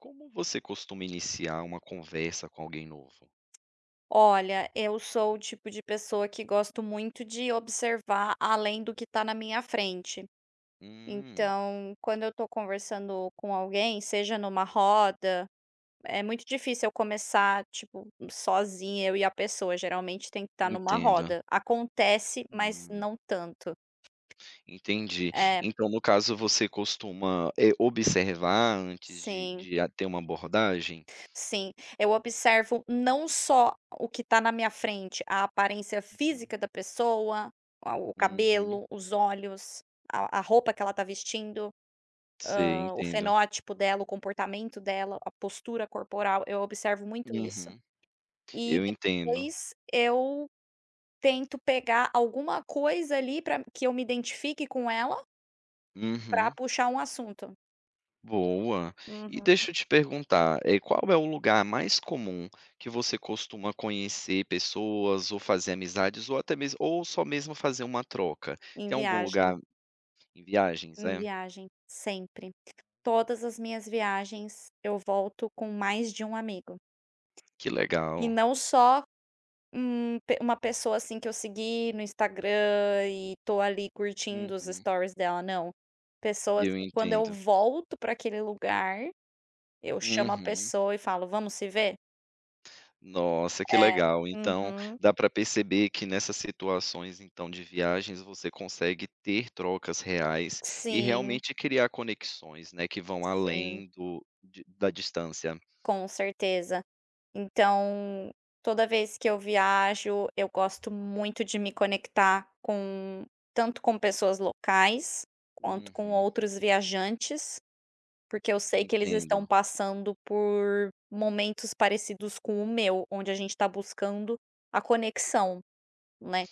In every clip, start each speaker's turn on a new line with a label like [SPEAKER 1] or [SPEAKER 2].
[SPEAKER 1] Como você costuma iniciar uma conversa com alguém novo?
[SPEAKER 2] Olha, eu sou o tipo de pessoa que gosto muito de observar além do que está na minha frente.
[SPEAKER 1] Hum,
[SPEAKER 2] Então, quando eu estou conversando com alguém, seja numa roda, é muito difícil eu começar, tipo, sozinha, eu e a pessoa. Geralmente tem que estar numa
[SPEAKER 1] Entendo.
[SPEAKER 2] roda. Acontece, mas
[SPEAKER 1] Hum,
[SPEAKER 2] não tanto.
[SPEAKER 1] Entendi.
[SPEAKER 2] É,
[SPEAKER 1] Então, no caso, você costuma, observar antes de
[SPEAKER 2] sim.
[SPEAKER 1] de a ter uma abordagem?
[SPEAKER 2] Sim, eu observo não só o que está na minha frente, a aparência física da pessoa, a o
[SPEAKER 1] Uhum.
[SPEAKER 2] cabelo, os olhos, a roupa que ela está vestindo,
[SPEAKER 1] Sei,
[SPEAKER 2] o
[SPEAKER 1] entendo.
[SPEAKER 2] fenótipo dela, o comportamento dela, a postura corporal, eu observo muito isso.
[SPEAKER 1] Uhum.
[SPEAKER 2] E
[SPEAKER 1] Eu entendo.
[SPEAKER 2] depois eu tento pegar alguma coisa ali para que eu me identifique com ela, para
[SPEAKER 1] Uhum.
[SPEAKER 2] puxar um assunto.
[SPEAKER 1] Boa. E
[SPEAKER 2] Uhum.
[SPEAKER 1] deixa eu te perguntar, qual é o lugar mais comum que você costuma conhecer pessoas ou fazer amizades ou até mesmo ou só mesmo fazer uma troca?
[SPEAKER 2] Em
[SPEAKER 1] Tem algum
[SPEAKER 2] viagem,
[SPEAKER 1] lugar Em viagens,
[SPEAKER 2] em
[SPEAKER 1] é?
[SPEAKER 2] viagem, sempre. Todas as minhas viagens eu volto com mais de um amigo.
[SPEAKER 1] Que
[SPEAKER 2] E
[SPEAKER 1] legal.
[SPEAKER 2] não só um pe uma pessoa, assim, que eu segui no Instagram e tô ali curtindo os
[SPEAKER 1] Uhum.
[SPEAKER 2] stories dela, não. Pessoas
[SPEAKER 1] Eu
[SPEAKER 2] que quando eu
[SPEAKER 1] entendo.
[SPEAKER 2] volto para aquele lugar, eu chamo a
[SPEAKER 1] Uhum.
[SPEAKER 2] pessoa e falo: "Vamos se ver?".
[SPEAKER 1] Nossa, que legal. Então,
[SPEAKER 2] Uhum.
[SPEAKER 1] dá para perceber que nessas situações, então, de viagens, você consegue ter trocas reais e
[SPEAKER 2] Sim,
[SPEAKER 1] realmente criar conexões, né, que vão
[SPEAKER 2] sim.
[SPEAKER 1] além do de da distância.
[SPEAKER 2] Com certeza. Então, toda vez que eu viajo, eu gosto muito de me conectar com tanto com pessoas locais, quanto com
[SPEAKER 1] Uhum.
[SPEAKER 2] outros viajantes, porque eu sei que eles estão
[SPEAKER 1] Entendo.
[SPEAKER 2] passando por momentos parecidos com o meu, onde a gente está buscando a conexão, né.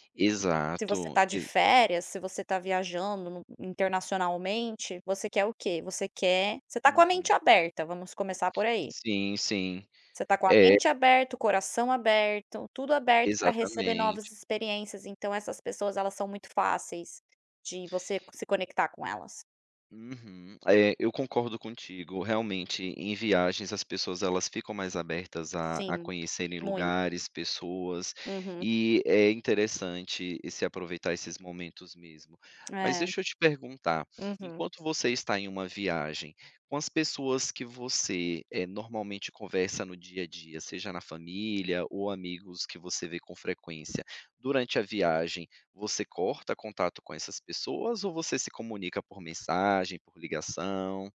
[SPEAKER 2] Se você
[SPEAKER 1] Exato.
[SPEAKER 2] está de
[SPEAKER 1] Ex
[SPEAKER 2] férias, se você está viajando no internacionalmente, você quer o quê? Você quer você está com a
[SPEAKER 1] Uhum.
[SPEAKER 2] mente aberta, vamos começar por aí.
[SPEAKER 1] Sim, sim.
[SPEAKER 2] Você tá com a
[SPEAKER 1] É,
[SPEAKER 2] mente aberta, o coração aberto, tudo aberto para receber
[SPEAKER 1] exatamente.
[SPEAKER 2] novas experiências, então essas pessoas elas são muito fáceis de você se conectar com elas.
[SPEAKER 1] Uhum. É, eu concordo contigo. Realmente, em viagens, as pessoas elas ficam mais abertas a
[SPEAKER 2] Sim,
[SPEAKER 1] conhecerem
[SPEAKER 2] muito.
[SPEAKER 1] lugares, pessoas,
[SPEAKER 2] Uhum.
[SPEAKER 1] e é interessante se aproveitar esses momentos mesmo. Mas
[SPEAKER 2] É,
[SPEAKER 1] deixa eu te perguntar,
[SPEAKER 2] uhum.
[SPEAKER 1] enquanto você está em uma viagem, com as pessoas que você normalmente conversa no dia a dia, seja na família ou amigos que você vê com frequência, durante a viagem, você corta contato com essas pessoas ou você se comunica por mensagem, por ligação?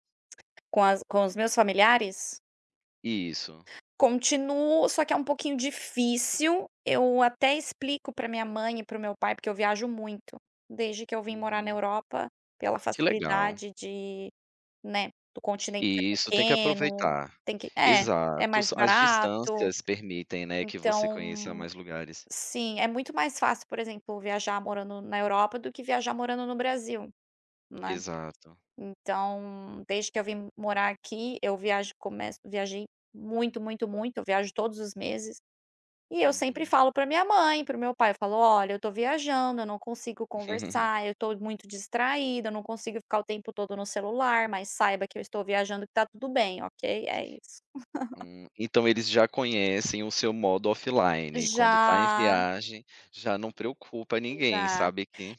[SPEAKER 2] Com os meus familiares,
[SPEAKER 1] Isso.
[SPEAKER 2] continuo, só que é um pouquinho difícil, eu até explico para minha mãe e para o meu pai, porque eu viajo muito, desde que eu vim morar na
[SPEAKER 1] Uhum.
[SPEAKER 2] Europa, pela
[SPEAKER 1] Que legal.
[SPEAKER 2] facilidade de Né, do continente ser
[SPEAKER 1] Isso, tem que
[SPEAKER 2] pequeno,
[SPEAKER 1] aproveitar.
[SPEAKER 2] tem que é, é
[SPEAKER 1] Exato,
[SPEAKER 2] mais
[SPEAKER 1] s as
[SPEAKER 2] barato,
[SPEAKER 1] distâncias permitem, né, que você conheça
[SPEAKER 2] então,
[SPEAKER 1] mais lugares.
[SPEAKER 2] sim, é muito mais fácil, por exemplo, viajar morando na Europa do que viajar morando no Brasil, né.
[SPEAKER 1] Exato.
[SPEAKER 2] Então, desde que eu vim morar aqui, eu viajo começo viajei muito, muito, muito, eu viajo todos os meses. E eu sempre
[SPEAKER 1] Uhum.
[SPEAKER 2] falo para minha mãe, para o meu pai, eu falo: "Olha, eu tô viajando, eu não consigo conversar, eu tô muito distraída, eu não consigo ficar o tempo todo no celular, mas saiba que eu estou viajando, que tá tudo bem, ok?". É isso.
[SPEAKER 1] Então eles já conhecem o seu modo offline, e quando está em
[SPEAKER 2] Já,
[SPEAKER 1] viagem, já não preocupa ninguém,
[SPEAKER 2] já.
[SPEAKER 1] sabe que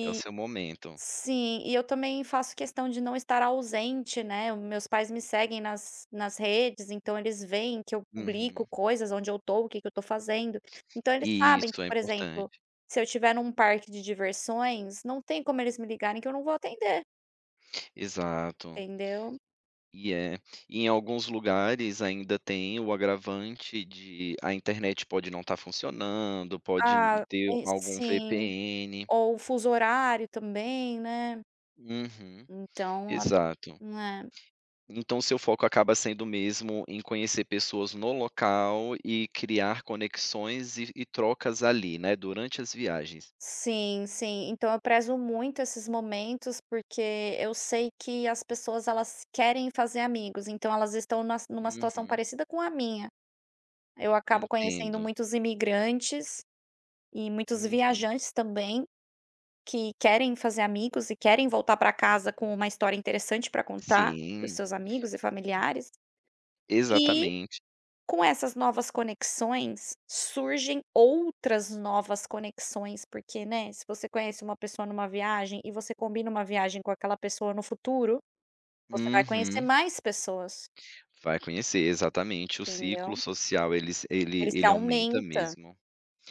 [SPEAKER 1] é o seu momento.
[SPEAKER 2] sim, e eu também faço questão de não estar ausente, né. O- meus pais me seguem nas redes, então eles veem que eu publico
[SPEAKER 1] Uhum.
[SPEAKER 2] coisas, onde eu tô, o que que eu tô fazendo. Então eles sabem
[SPEAKER 1] Isso,
[SPEAKER 2] que,
[SPEAKER 1] é
[SPEAKER 2] por exemplo,
[SPEAKER 1] importante.
[SPEAKER 2] se eu estiver num parque de diversões, não tem como eles me ligarem que eu não vou atender,
[SPEAKER 1] Exato.
[SPEAKER 2] entendeu.
[SPEAKER 1] E é. Em alguns lugares ainda tem o agravante de a internet pode não estar funcionando, pode
[SPEAKER 2] Ah,
[SPEAKER 1] ter algum
[SPEAKER 2] sim,
[SPEAKER 1] VPN.
[SPEAKER 2] ou fuso horário também, né,
[SPEAKER 1] Uhum,
[SPEAKER 2] então a
[SPEAKER 1] exato.
[SPEAKER 2] é.
[SPEAKER 1] Então seu foco acaba sendo mesmo em conhecer pessoas no local e criar conexões e trocas ali, né, durante as viagens.
[SPEAKER 2] Sim, sim. Então eu prezo muito esses momentos, porque eu sei que as pessoas elas querem fazer amigos, então elas estão nas numa situação
[SPEAKER 1] Uhum,
[SPEAKER 2] parecida com a minha. Eu acabo conhecendo
[SPEAKER 1] entendo.
[SPEAKER 2] muitos imigrantes e muitos
[SPEAKER 1] Uhum.
[SPEAKER 2] viajantes também, que querem fazer amigos e querem voltar para casa com uma história interessante para contar para os
[SPEAKER 1] Sim,
[SPEAKER 2] seus amigos e familiares.
[SPEAKER 1] exatamente.
[SPEAKER 2] Com essas novas conexões, surgem outras novas conexões, porque, né, se você conhece uma pessoa numa viagem e você combina uma viagem com aquela pessoa no futuro, você vai conhecer
[SPEAKER 1] Uhum.
[SPEAKER 2] mais pessoas,
[SPEAKER 1] Vai conhecer, exatamente. O ciclo
[SPEAKER 2] entendeu?
[SPEAKER 1] social ele ele
[SPEAKER 2] Ele se
[SPEAKER 1] ele aumenta
[SPEAKER 2] aumenta.
[SPEAKER 1] mesmo.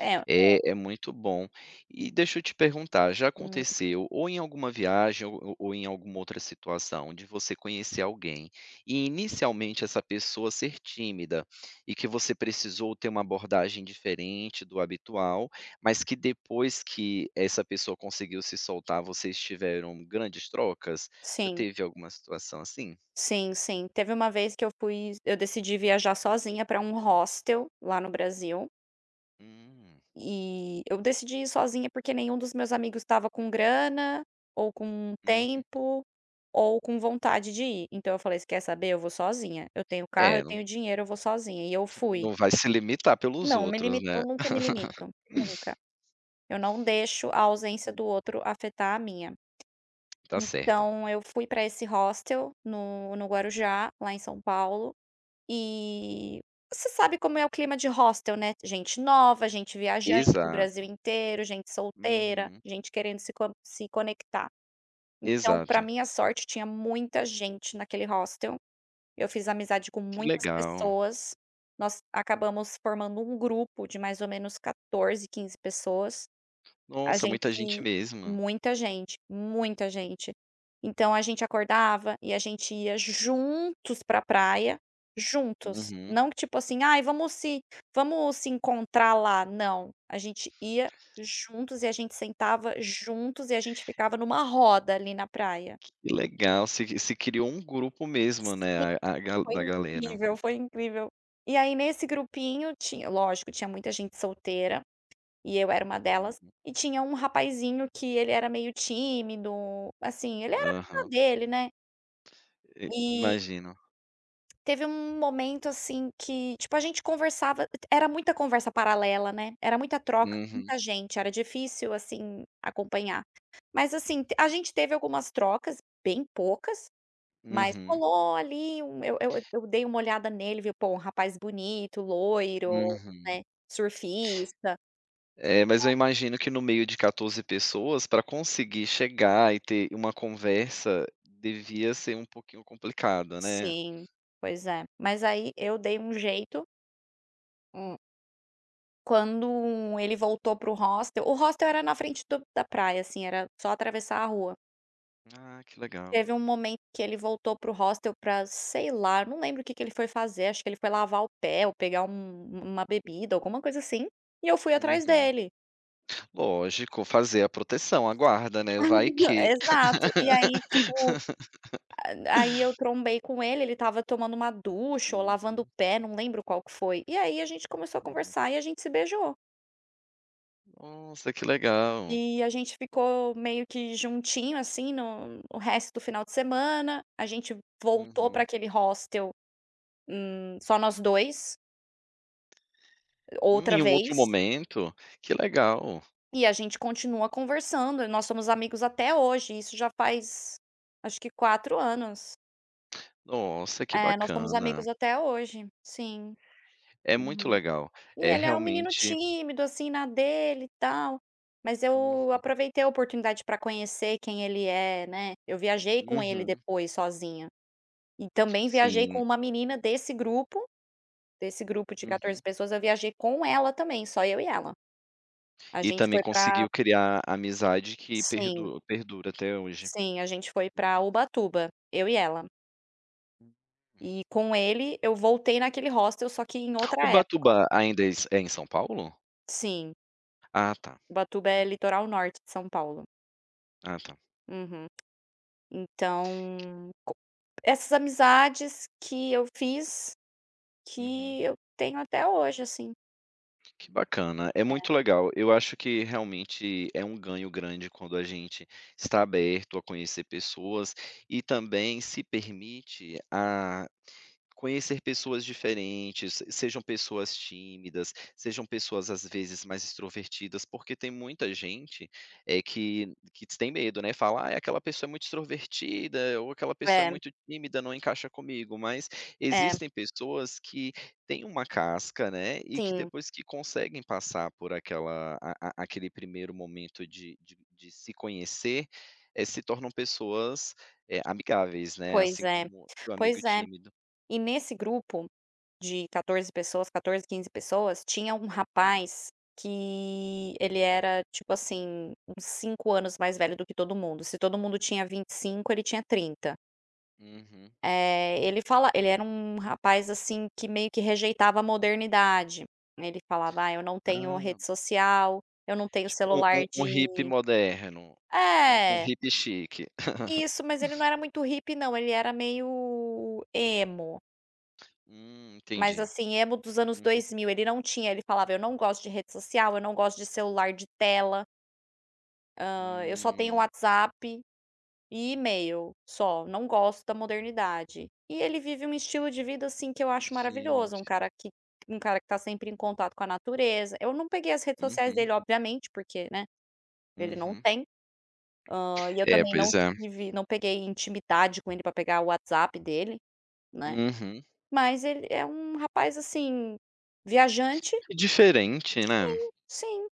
[SPEAKER 2] É,
[SPEAKER 1] É muito bom. E deixa eu te perguntar, já
[SPEAKER 2] hum,
[SPEAKER 1] aconteceu ou em alguma viagem ou em alguma outra situação de você conhecer alguém e inicialmente essa pessoa ser tímida e que você precisou ter uma abordagem diferente do habitual, mas que depois que essa pessoa conseguiu se soltar, vocês tiveram grandes trocas? Já
[SPEAKER 2] sim,
[SPEAKER 1] teve alguma situação assim?
[SPEAKER 2] sim, sim. Teve uma vez que eu decidi viajar sozinha para um hostel lá no Brasil.
[SPEAKER 1] Hum,
[SPEAKER 2] E eu decidi ir sozinha, porque nenhum dos meus amigos estava com grana, ou com
[SPEAKER 1] hum.
[SPEAKER 2] tempo, ou com vontade de ir. Então eu falei: "Você quer saber? Eu vou sozinha. Eu tenho carro,
[SPEAKER 1] É,
[SPEAKER 2] eu tenho dinheiro, eu vou sozinha". E eu fui.
[SPEAKER 1] não vai se limitar pelos
[SPEAKER 2] Não me
[SPEAKER 1] outros,
[SPEAKER 2] limi eu
[SPEAKER 1] né.
[SPEAKER 2] nunca me limito, nunca. Eu não deixo a ausência do outro afetar a minha.
[SPEAKER 1] Tá certa.
[SPEAKER 2] Então eu fui pra esse hostel no Guarujá, lá em São Paulo. E você sabe como é o clima de hostel, né, gente nova, gente viajante do Brasil
[SPEAKER 1] Exato.
[SPEAKER 2] inteiro, gente solteira,
[SPEAKER 1] Uhum.
[SPEAKER 2] gente querendo se conectar. Então, para
[SPEAKER 1] Exato.
[SPEAKER 2] minha sorte, tinha muita gente naquele hostel, eu fiz amizade com
[SPEAKER 1] Que
[SPEAKER 2] muitas
[SPEAKER 1] legal.
[SPEAKER 2] pessoas, nós acabamos formando um grupo de mais ou menos 14, 15 pessoas. A
[SPEAKER 1] Nossa, muita gente
[SPEAKER 2] gente
[SPEAKER 1] mesmo.
[SPEAKER 2] muita gente, muita gente. Então a gente acordava e a gente ia juntos pra praia, juntos.
[SPEAKER 1] Uhum.
[SPEAKER 2] Não que tipo assim: "Ai, vamos se encontrar lá", não. A gente ia juntos e a gente sentava juntos e a gente ficava numa roda ali na praia.
[SPEAKER 1] Que legal, se criou um grupo mesmo,
[SPEAKER 2] Sim,
[SPEAKER 1] né, a gal
[SPEAKER 2] foi
[SPEAKER 1] da galera.
[SPEAKER 2] incrível, foi incrível. E aí nesse grupinho tinha lógico, tinha muita gente solteira. E eu era uma delas.
[SPEAKER 1] Uhum.
[SPEAKER 2] E tinha um rapazinho que ele era meio tímido, assim, ele era meio na
[SPEAKER 1] Aham.
[SPEAKER 2] dele, né.
[SPEAKER 1] E
[SPEAKER 2] E
[SPEAKER 1] imagino.
[SPEAKER 2] teve um momento, assim, que, tipo, a gente conversava era muita conversa paralela, né, era muita troca
[SPEAKER 1] Uhum.
[SPEAKER 2] muita gente, era difícil, assim, acompanhar. Mas, assim, te a gente teve algumas trocas, bem poucas, mas
[SPEAKER 1] Uhum.
[SPEAKER 2] rolou ali um eu dei uma olhada nele, viu pô, um rapaz bonito, loiro,
[SPEAKER 1] Uhum.
[SPEAKER 2] né, surfista.
[SPEAKER 1] É, mas eu imagino que no meio de 14 pessoas, para conseguir chegar e ter uma conversa, devia ser um pouquinho complicado, né?
[SPEAKER 2] Sim, pois é. Mas aí eu dei um jeito, hum, ele voltou pro hostel. O hostel era na frente do da praia, assim, era só atravessar a rua.
[SPEAKER 1] Ah, que legal.
[SPEAKER 2] Teve um momento que ele voltou pro hostel pra, sei lá, não lembro o que que ele foi fazer, acho que ele foi lavar o pé ou pegar uma bebida, alguma coisa assim, e eu fui atrás
[SPEAKER 1] Uhum.
[SPEAKER 2] dele.
[SPEAKER 1] Lógico, fazer a proteção, a guarda, né, vai que.
[SPEAKER 2] Exato. E aí, tipo, aí eu trombei com ele, ele estava tomando uma ducha ou
[SPEAKER 1] Uhum,
[SPEAKER 2] lavando o pé, não lembro qual que foi. E aí a gente começou a
[SPEAKER 1] uhum.
[SPEAKER 2] conversar e a gente se beijou.
[SPEAKER 1] Nossa, que legal.
[SPEAKER 2] E a gente ficou meio que juntinho, assim, no o resto do final de semana. A gente voltou para
[SPEAKER 1] Uhum.
[SPEAKER 2] aquele hostel, só nós 2 outra
[SPEAKER 1] Em um outro
[SPEAKER 2] vez,
[SPEAKER 1] momento? Que legal.
[SPEAKER 2] e a gente continua conversando. Nós somos amigos até hoje, isso já faz acho que 4 anos.
[SPEAKER 1] Nossa, que
[SPEAKER 2] É, nós somos
[SPEAKER 1] bacana.
[SPEAKER 2] amigos até hoje. Sim.
[SPEAKER 1] É muito
[SPEAKER 2] Uhum.
[SPEAKER 1] legal.
[SPEAKER 2] E
[SPEAKER 1] É
[SPEAKER 2] ele era um menino
[SPEAKER 1] realmente
[SPEAKER 2] tímido, assim, na dele e tal, mas
[SPEAKER 1] Hum,
[SPEAKER 2] eu aproveitei a oportunidade para conhecer quem ele é, né. Eu viajei com ele
[SPEAKER 1] uhum,
[SPEAKER 2] depois sozinha. E também viajei
[SPEAKER 1] sim,
[SPEAKER 2] com uma menina desse grupo de 14
[SPEAKER 1] uhum.
[SPEAKER 2] pessoas, eu viajei com ela também, só eu e ela. A
[SPEAKER 1] E
[SPEAKER 2] gente
[SPEAKER 1] também
[SPEAKER 2] foi pra
[SPEAKER 1] conseguiu criar amizade que
[SPEAKER 2] sim,
[SPEAKER 1] perdura até hoje.
[SPEAKER 2] sim, a gente foi pra
[SPEAKER 1] Uhum.
[SPEAKER 2] Ubatuba, eu e ela. E com ele eu voltei naquele hostel, só que em
[SPEAKER 1] O
[SPEAKER 2] outra época.
[SPEAKER 1] Batuba ainda é em São Paulo?
[SPEAKER 2] Sim,
[SPEAKER 1] Ah, tá.
[SPEAKER 2] Ubatuba
[SPEAKER 1] Uhum.
[SPEAKER 2] é litoral norte de São Paulo.
[SPEAKER 1] Ah, tá.
[SPEAKER 2] Uhum. Então, co essas amizades que eu fiz,
[SPEAKER 1] Uhum.
[SPEAKER 2] que eu tenho até hoje, assim.
[SPEAKER 1] Que bacana, é muito legal. Eu acho que realmente é um ganho grande quando a gente está aberto a conhecer pessoas e também se permite a conhecer pessoas diferentes, sejam pessoas tímidas, sejam pessoas às vezes mais extrovertidas, porque tem muita gente que tem medo, né? Fala, ah, aquela pessoa é muito extrovertida, ou aquela pessoa é
[SPEAKER 2] É,
[SPEAKER 1] muito tímida, não encaixa comigo. Mas
[SPEAKER 2] é,
[SPEAKER 1] existem pessoas que têm uma casca, né? E que
[SPEAKER 2] sim,
[SPEAKER 1] depois que conseguem passar por aquela, aquele primeiro momento de se conhecer, se tornam pessoas amigáveis, né?
[SPEAKER 2] pois
[SPEAKER 1] Assim
[SPEAKER 2] é,
[SPEAKER 1] como seu amigo
[SPEAKER 2] pois é.
[SPEAKER 1] tímido.
[SPEAKER 2] E nesse grupo de 14 pessoas, 14, 15 pessoas, tinha um
[SPEAKER 1] Hum.
[SPEAKER 2] rapaz que ele era, tipo assim, uns 5 anos mais velho do que todo mundo. Se todo mundo tinha 25, ele tinha 30.
[SPEAKER 1] Uhum.
[SPEAKER 2] Ele era um rapaz, assim, que meio que rejeitava a modernidade. Ele falava: "Ah, eu não tenho
[SPEAKER 1] Ah,
[SPEAKER 2] rede social, eu não tenho
[SPEAKER 1] tipo um
[SPEAKER 2] celular
[SPEAKER 1] um um hippie
[SPEAKER 2] de"
[SPEAKER 1] moderno, um
[SPEAKER 2] É,
[SPEAKER 1] hippie chique.
[SPEAKER 2] isso, mas ele não era muito hippie não, ele era meio emo. Mas
[SPEAKER 1] Entendi.
[SPEAKER 2] assim, emo dos anos
[SPEAKER 1] Uhum.
[SPEAKER 2] 2000 ele não tinha, ele falava: "Eu não gosto de rede social, eu não gosto de celular de tela, eu só tenho
[SPEAKER 1] Hum,
[SPEAKER 2] WhatsApp e e-mail, só, não gosto da modernidade". E ele vive um estilo de vida, assim, que eu acho maravilhoso,
[SPEAKER 1] Gente.
[SPEAKER 2] um cara que tá sempre em contato com a natureza. Eu não peguei as redes sociais
[SPEAKER 1] Uhum,
[SPEAKER 2] dele, obviamente, porque, né, ele não
[SPEAKER 1] uhum.
[SPEAKER 2] tem, e eu
[SPEAKER 1] É,
[SPEAKER 2] também
[SPEAKER 1] pois é.
[SPEAKER 2] não peguei intimidade com ele pra pegar o WhatsApp dele, né.
[SPEAKER 1] Uhum.
[SPEAKER 2] Mas ele é um rapaz, assim, viajante?
[SPEAKER 1] Que diferente, né?
[SPEAKER 2] Sim, sim.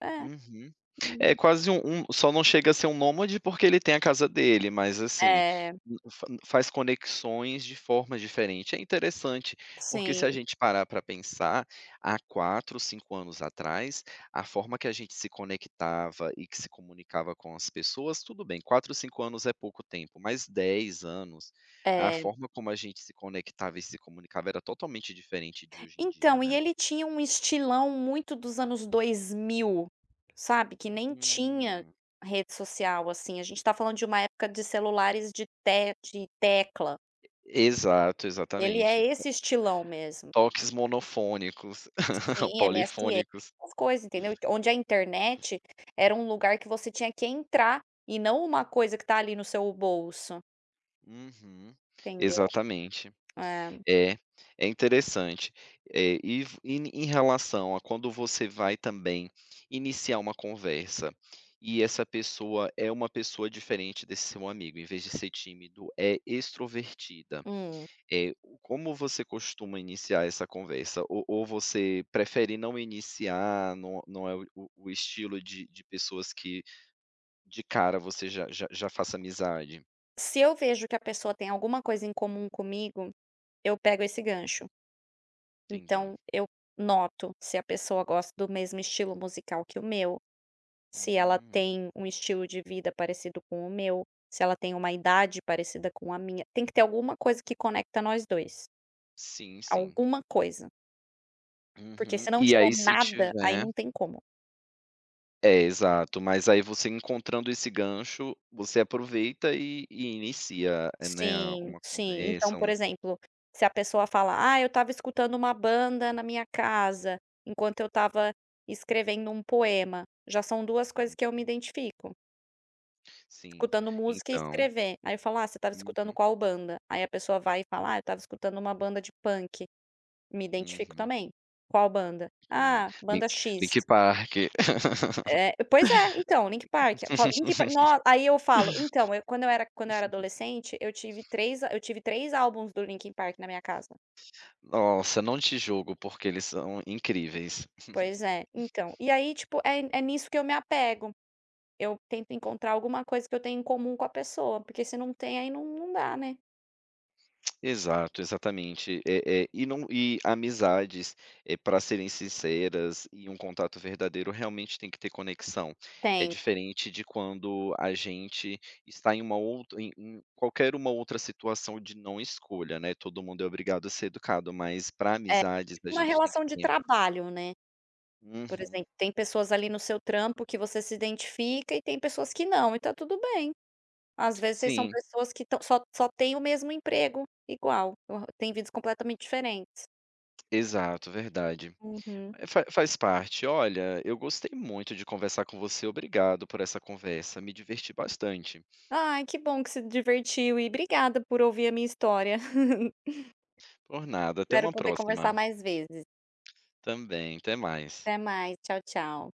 [SPEAKER 2] É,
[SPEAKER 1] Uhum.
[SPEAKER 2] hum,
[SPEAKER 1] É quase só não chega a ser um nômade, porque ele tem a casa dele, mas assim,
[SPEAKER 2] é,
[SPEAKER 1] n- fa faz conexões de forma diferente. É interessante, porque se a
[SPEAKER 2] sim,
[SPEAKER 1] gente parar para pensar, há 4, 5 anos atrás, a forma que a gente se conectava e que se comunicava com as pessoas, tudo bem. 4, 5 anos é pouco tempo, mas 10 anos, a
[SPEAKER 2] é.
[SPEAKER 1] forma como a gente se conectava e se comunicava era totalmente diferente de hoje em dia,
[SPEAKER 2] Então,
[SPEAKER 1] né.
[SPEAKER 2] e ele tinha um estilão muito dos anos 2000, sabe, que nem tinha
[SPEAKER 1] Hum.
[SPEAKER 2] rede social. Assim, a gente tá falando de uma época de celulares de tecla.
[SPEAKER 1] Exato,
[SPEAKER 2] Ele
[SPEAKER 1] exatamente.
[SPEAKER 2] é esse estilão mesmo.
[SPEAKER 1] Toques monofônicos,
[SPEAKER 2] Sim, MSN,
[SPEAKER 1] polifônicos.
[SPEAKER 2] essas coisas, entendeu. Onde a internet era um lugar que você tinha que entrar, e não uma coisa que tá ali no seu bolso,
[SPEAKER 1] Uhum,
[SPEAKER 2] entendeu.
[SPEAKER 1] exatamente.
[SPEAKER 2] É,
[SPEAKER 1] É, é interessante. Eh, e v em em relação a quando você vai também iniciar uma conversa, e essa pessoa é uma pessoa diferente desse seu amigo, em vez de ser tímido, é extrovertida,
[SPEAKER 2] hum.
[SPEAKER 1] eh, como você costuma iniciar essa conversa? Ou você prefere não iniciar, não é o estilo de pessoas que de cara você já faça amizade.
[SPEAKER 2] Se eu vejo que a pessoa tem alguma coisa em comum comigo, eu pego esse gancho.
[SPEAKER 1] Entendi.
[SPEAKER 2] Então eu noto se a pessoa gosta do mesmo estilo musical que o meu, se ela
[SPEAKER 1] Hum,
[SPEAKER 2] tem um estilo de vida parecido com o meu, se ela tem uma idade parecida com a minha. Tem que ter alguma coisa que conecta nós 2,
[SPEAKER 1] sim, sim.
[SPEAKER 2] alguma coisa, porque
[SPEAKER 1] Uhum.
[SPEAKER 2] se não
[SPEAKER 1] E
[SPEAKER 2] tiver
[SPEAKER 1] aí se
[SPEAKER 2] nada, aí
[SPEAKER 1] tiver
[SPEAKER 2] não tem como.
[SPEAKER 1] é, exato. Mas aí você encontrando esse gancho, você aproveita e inicia, é, né, a
[SPEAKER 2] Sim,
[SPEAKER 1] uma
[SPEAKER 2] sim. Então,
[SPEAKER 1] conversa,
[SPEAKER 2] por
[SPEAKER 1] um
[SPEAKER 2] exemplo, se a pessoa fala: "Ah, eu estava escutando uma banda na minha casa, enquanto eu estava escrevendo um poema", já são 2 coisas
[SPEAKER 1] um
[SPEAKER 2] que eu me identifico.
[SPEAKER 1] sim.
[SPEAKER 2] Escutando música e
[SPEAKER 1] Então
[SPEAKER 2] escrever. Aí eu falo: "Ah, você estava escutando
[SPEAKER 1] uhum,
[SPEAKER 2] qual banda?" Aí a pessoa vai e fala: "Ah, eu estava escutando uma banda de punk", me identifico
[SPEAKER 1] uhum,
[SPEAKER 2] também. "Qual banda?"
[SPEAKER 1] entendi.
[SPEAKER 2] "Ah, banda X".
[SPEAKER 1] Linkin Park.
[SPEAKER 2] É, pois é, então, Linkin Park. Eu falo: "Linkin Park", no aí eu falo: "Então, eu quando eu era adolescente, eu tive 3 álbuns do Linkin Park na minha casa".
[SPEAKER 1] Nossa, não te julgo, porque eles são incríveis.
[SPEAKER 2] Pois é, então. E aí, tipo, é é nisso que eu me apego. Eu tento encontrar alguma coisa que eu tenho em comum com a pessoa, porque se não tem, aí não não dá, né?
[SPEAKER 1] Exato, exatamente. É, e não, e amizades, para serem sinceras e um contato verdadeiro, realmente tem que ter conexão. É
[SPEAKER 2] Tem.
[SPEAKER 1] diferente de quando a gente está em uma outra em em qualquer uma outra situação de não escolha, né, todo mundo é obrigado a ser educado, mas para
[SPEAKER 2] É,
[SPEAKER 1] amizades a
[SPEAKER 2] tipo uma
[SPEAKER 1] gente tem que
[SPEAKER 2] relação de
[SPEAKER 1] ter.
[SPEAKER 2] trabalho, né. Por
[SPEAKER 1] Uhum.
[SPEAKER 2] exemplo, tem pessoas ali no seu trampo que você se identifica e tem pessoas que não, e tá tudo bem. Às vezes vocês são
[SPEAKER 1] Sim,
[SPEAKER 2] pessoas que estão só têm o mesmo emprego igual, o têm vidas completamente diferentes.
[SPEAKER 1] exato, verdade.
[SPEAKER 2] Uhum.
[SPEAKER 1] Eh, fa faz parte. Olha, eu gostei muito de conversar com você, obrigado por essa conversa, me diverti bastante.
[SPEAKER 2] Ai, que bom que se divertiu e obrigada por ouvir a minha história.
[SPEAKER 1] Por nada, até
[SPEAKER 2] Espero
[SPEAKER 1] uma
[SPEAKER 2] poder
[SPEAKER 1] próxima.
[SPEAKER 2] conversar mais vezes.
[SPEAKER 1] Também, até mais.
[SPEAKER 2] Até mais, tchau, tchau.